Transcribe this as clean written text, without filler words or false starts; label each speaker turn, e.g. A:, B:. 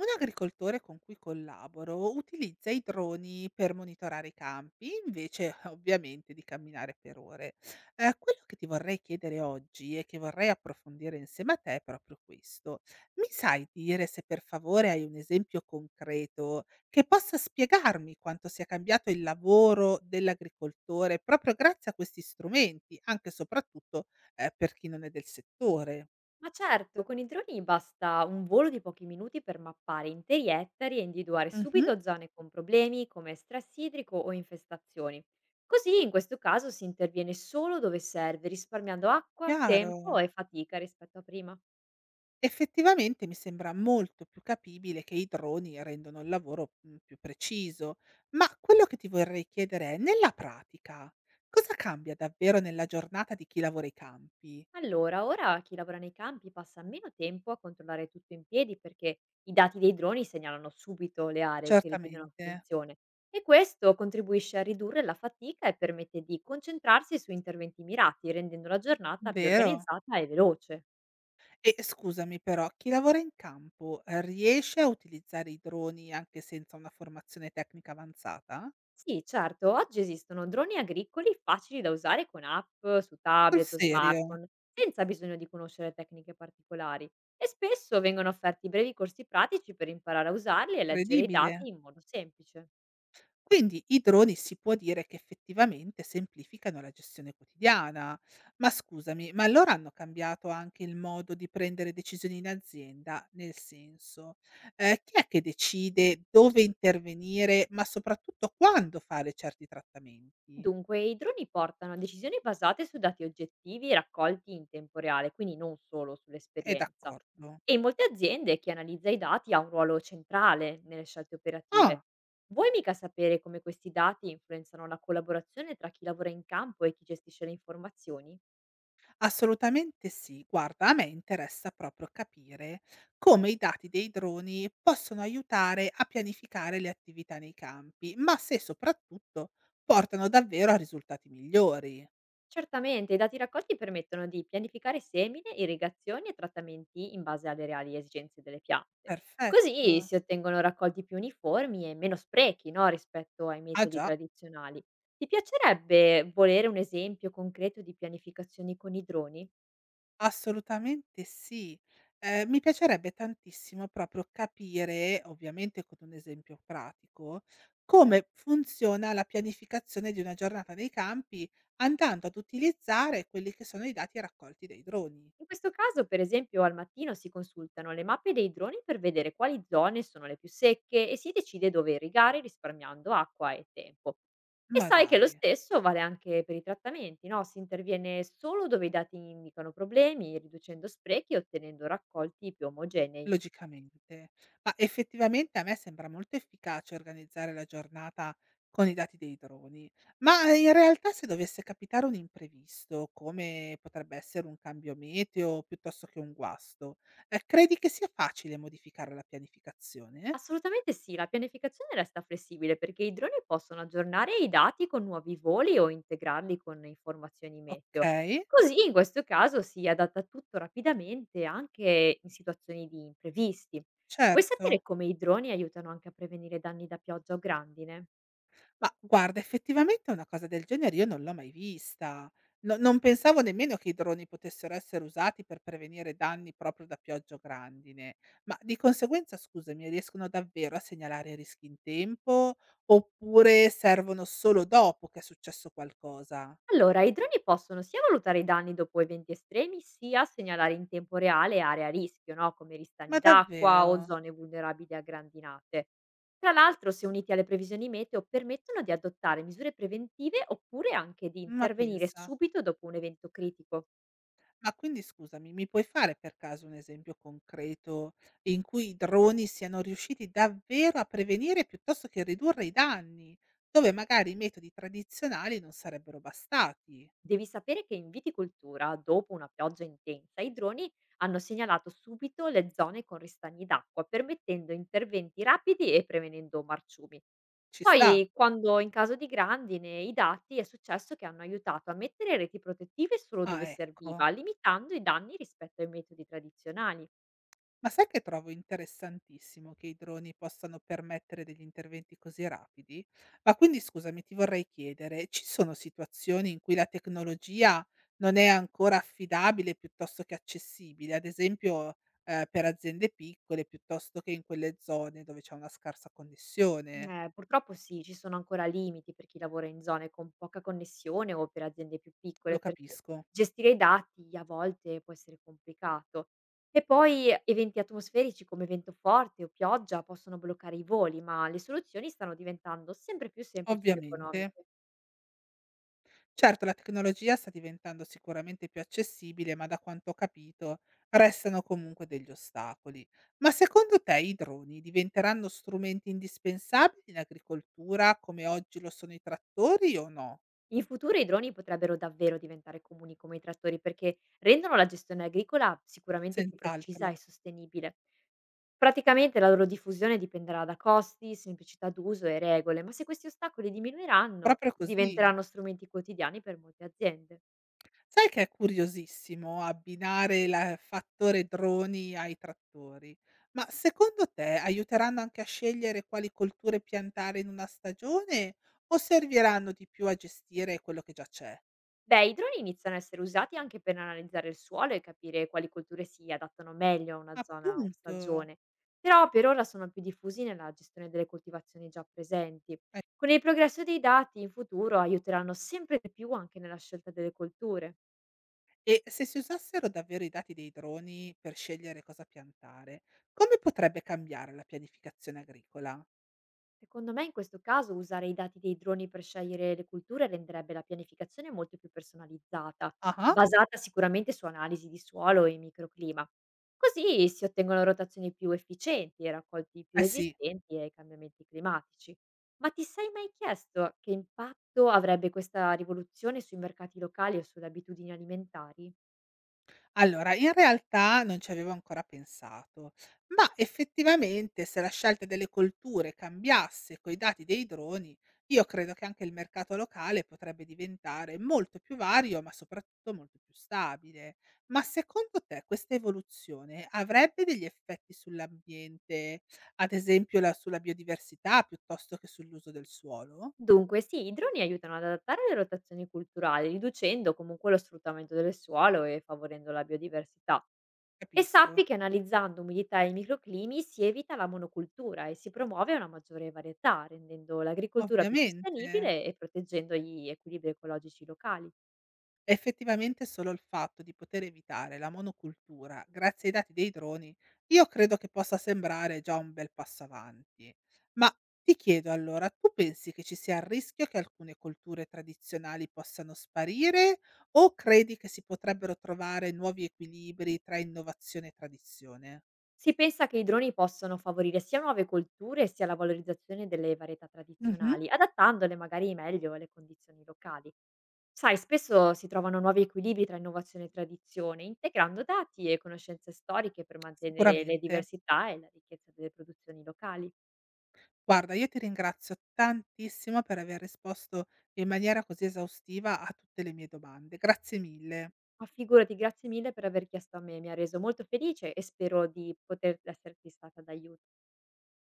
A: Un agricoltore con cui collaboro utilizza i droni per monitorare i campi, invece ovviamente di camminare per ore. Quello che ti vorrei chiedere oggi e che vorrei approfondire insieme a te è proprio questo. Mi sai dire se per favore hai un esempio concreto che possa spiegarmi quanto sia cambiato il lavoro dell'agricoltore proprio grazie a questi strumenti, anche e soprattutto per chi non è del settore?
B: Ma certo, con i droni basta un volo di pochi minuti per mappare interi ettari e individuare
A: Mhm,
B: subito zone con problemi come stress idrico o infestazioni. Così in questo caso si interviene solo dove serve, risparmiando acqua,
A: chiaro.
B: tempo e fatica rispetto a prima.
A: Effettivamente mi sembra molto più capibile che i droni rendono il lavoro, più preciso, ma quello che ti vorrei chiedere è: nella pratica, cosa cambia davvero nella giornata di chi lavora i campi?
B: Allora, ora chi lavora nei campi passa meno tempo a controllare tutto in piedi perché i dati dei droni segnalano subito le aree che richiedono
A: Certamente,
B: attenzione e questo contribuisce a ridurre la fatica e permette di concentrarsi su interventi mirati, rendendo la giornata più
A: vero?
B: organizzata e veloce.
A: E scusami però, chi lavora in campo, riesce a utilizzare i droni anche senza una formazione tecnica avanzata?
B: Sì, certo, oggi esistono droni agricoli facili da usare con app su
A: Sul
B: tablet o
A: serio?
B: smartphone, senza bisogno di conoscere tecniche particolari e spesso vengono offerti brevi corsi pratici per imparare a usarli e leggere i dati
A: Incredibile.
B: in modo semplice.
A: Quindi i droni si può dire che effettivamente semplificano la gestione quotidiana. Ma scusami, ma allora hanno cambiato anche il modo di prendere decisioni in azienda? Nel senso, chi è che decide dove intervenire, ma soprattutto quando fare certi trattamenti?
B: Dunque, i droni portano a decisioni basate su dati oggettivi raccolti in tempo reale, quindi non solo
A: È
B: sull'esperienza.
A: d'accordo.
B: E in molte aziende chi analizza i dati ha un ruolo centrale nelle scelte operative.
A: Ah!
B: Vuoi mica sapere come questi dati influenzano la collaborazione tra chi lavora in campo e chi gestisce le informazioni?
A: Assolutamente sì. Guarda, a me interessa proprio capire come i dati dei droni possono aiutare a pianificare le attività nei campi, ma se soprattutto portano davvero a risultati migliori.
B: Certamente, i dati raccolti permettono di pianificare semine, irrigazioni e trattamenti in base alle reali esigenze delle piante. Così
A: Perfetto.
B: si ottengono raccolti più uniformi e meno sprechi no, rispetto ai
A: Ah
B: metodi
A: già.
B: tradizionali. Ti piacerebbe volere un esempio concreto di pianificazioni con i droni?
A: Assolutamente sì. Mi piacerebbe tantissimo proprio capire, ovviamente con un esempio pratico, come funziona la pianificazione di una giornata nei campi, andando ad utilizzare quelli che sono i dati raccolti dai droni.
B: In questo caso, per esempio, al mattino si consultano le mappe dei droni per vedere quali zone sono le più secche e si decide dove irrigare risparmiando acqua e tempo. E
A: Ma
B: sai che lo
A: dai!
B: stesso vale anche per i trattamenti, no? Si interviene solo dove i dati indicano problemi, riducendo sprechi e ottenendo raccolti più omogenei.
A: Logicamente. Ma effettivamente a me sembra molto efficace organizzare la giornata con i dati dei droni, ma in realtà se dovesse capitare un imprevisto, come potrebbe essere un cambio meteo piuttosto che un guasto, credi che sia facile modificare la pianificazione?
B: Assolutamente sì, la pianificazione resta flessibile perché i droni possono aggiornare i dati con nuovi voli o integrarli con informazioni
A: Ok,
B: meteo. Così in questo caso si adatta tutto rapidamente anche in situazioni di imprevisti. Vuoi sapere
A: certo.
B: come i droni aiutano anche a prevenire danni da pioggia o grandine?
A: Ma guarda, effettivamente una cosa del genere io non l'ho mai vista. No, non pensavo nemmeno che i droni potessero essere usati per prevenire danni proprio da piogge o grandine. Ma di conseguenza, scusami, riescono davvero a segnalare i rischi in tempo oppure servono solo dopo che è successo qualcosa?
B: Allora, i droni possono sia valutare i danni dopo eventi estremi, sia segnalare in tempo reale aree a rischio, no? Come ristagni
A: Ma
B: d'acqua o
A: davvero?
B: zone vulnerabili a grandinate. Tra l'altro, se uniti alle previsioni meteo, permettono di adottare misure preventive oppure anche di
A: Ma
B: intervenire
A: pensa.
B: subito dopo un evento critico.
A: Ma quindi scusami, mi puoi fare per caso un esempio concreto in cui i droni siano riusciti davvero a prevenire piuttosto che ridurre i danni, dove magari i metodi tradizionali non sarebbero bastati?
B: Devi sapere che in viticoltura, dopo una pioggia intensa, i droni hanno segnalato subito le zone con ristagni d'acqua, permettendo interventi rapidi e prevenendo marciumi.
A: Ci sta?
B: Poi quando in caso di grandine i dati è successo che hanno aiutato a mettere reti protettive solo dove
A: Ah, ecco.
B: serviva, limitando i danni rispetto ai metodi tradizionali.
A: Ma sai che trovo interessantissimo che i droni possano permettere degli interventi così rapidi? Ma quindi scusami, ti vorrei chiedere, ci sono situazioni in cui la tecnologia non è ancora affidabile piuttosto che accessibile, ad esempio per aziende piccole piuttosto che in quelle zone dove c'è una scarsa connessione?
B: Purtroppo sì, ci sono ancora limiti per chi lavora in zone con poca connessione o per aziende più piccole,
A: Lo
B: perché
A: capisco,
B: gestire i dati a volte può essere complicato. E poi eventi atmosferici come vento forte o pioggia possono bloccare i voli, ma le soluzioni stanno diventando sempre più semplici ed
A: ovviamente.
B: economiche.
A: Certo, la tecnologia sta diventando sicuramente più accessibile, ma da quanto ho capito restano comunque degli ostacoli. Ma secondo te i droni diventeranno strumenti indispensabili in agricoltura come oggi lo sono i trattori o no?
B: In futuro i droni potrebbero davvero diventare comuni come i trattori perché rendono la gestione agricola sicuramente più precisa
A: Senz'altro.
B: e sostenibile. Praticamente la loro diffusione dipenderà da costi, semplicità d'uso e regole, ma se questi ostacoli diminuiranno,
A: Proprio così.
B: diventeranno strumenti quotidiani per molte aziende.
A: Sai che è curiosissimo abbinare la fattore droni ai trattori, ma secondo te aiuteranno anche a scegliere quali colture piantare in una stagione o serviranno di più a gestire quello che già c'è?
B: Beh, i droni iniziano a essere usati anche per analizzare il suolo e capire quali colture si adattano meglio a una zona o
A: Appunto.
B: stagione, però per ora sono più diffusi nella gestione delle coltivazioni già presenti.
A: Eh,
B: Con il progresso dei dati in futuro aiuteranno sempre di più anche nella scelta delle colture.
A: E se si usassero davvero i dati dei droni per scegliere cosa piantare, come potrebbe cambiare la pianificazione agricola?
B: Secondo me in questo caso usare i dati dei droni per scegliere le culture renderebbe la pianificazione molto più personalizzata,
A: Ah, ah.
B: basata sicuramente su analisi di suolo e microclima. Così si ottengono rotazioni più efficienti e raccolti più
A: Eh sì.
B: resistenti ai cambiamenti climatici. Ma ti sei mai chiesto che impatto avrebbe questa rivoluzione sui mercati locali o sulle abitudini alimentari?
A: Allora, in realtà non ci avevo ancora pensato, ma effettivamente se la scelta delle colture cambiasse coi dati dei droni, io credo che anche il mercato locale potrebbe diventare molto più vario, ma soprattutto molto più stabile. Ma secondo te questa evoluzione avrebbe degli effetti sull'ambiente, ad esempio sulla biodiversità piuttosto che sull'uso del suolo?
B: Dunque, sì, i droni aiutano ad adattare le rotazioni culturali, riducendo comunque lo sfruttamento del suolo e favorendo la biodiversità. E
A: Capisco,
B: sappi che analizzando umidità e microclimi si evita la monocultura e si promuove una maggiore varietà, rendendo l'agricoltura più
A: ovviamente.
B: sostenibile e proteggendo gli equilibri ecologici locali.
A: Effettivamente solo il fatto di poter evitare la monocultura grazie ai dati dei droni, io credo che possa sembrare già un bel passo avanti. Ma ti chiedo allora, tu pensi che ci sia il rischio che alcune colture tradizionali possano sparire o credi che si potrebbero trovare nuovi equilibri tra innovazione e tradizione?
B: Si pensa che i droni possono favorire sia nuove colture sia la valorizzazione delle varietà
A: Mhm,
B: tradizionali, adattandole magari meglio alle condizioni locali. Sai, spesso si trovano nuovi equilibri tra innovazione e tradizione, integrando dati e conoscenze storiche per mantenere le
A: sicuramente.
B: diversità e la ricchezza delle produzioni locali.
A: Guarda, io ti ringrazio tantissimo per aver risposto in maniera così esaustiva a tutte le mie domande. Grazie mille.
B: Ma figurati, grazie mille per aver chiesto a me, mi ha reso molto felice e spero di poter esserti stata d'aiuto.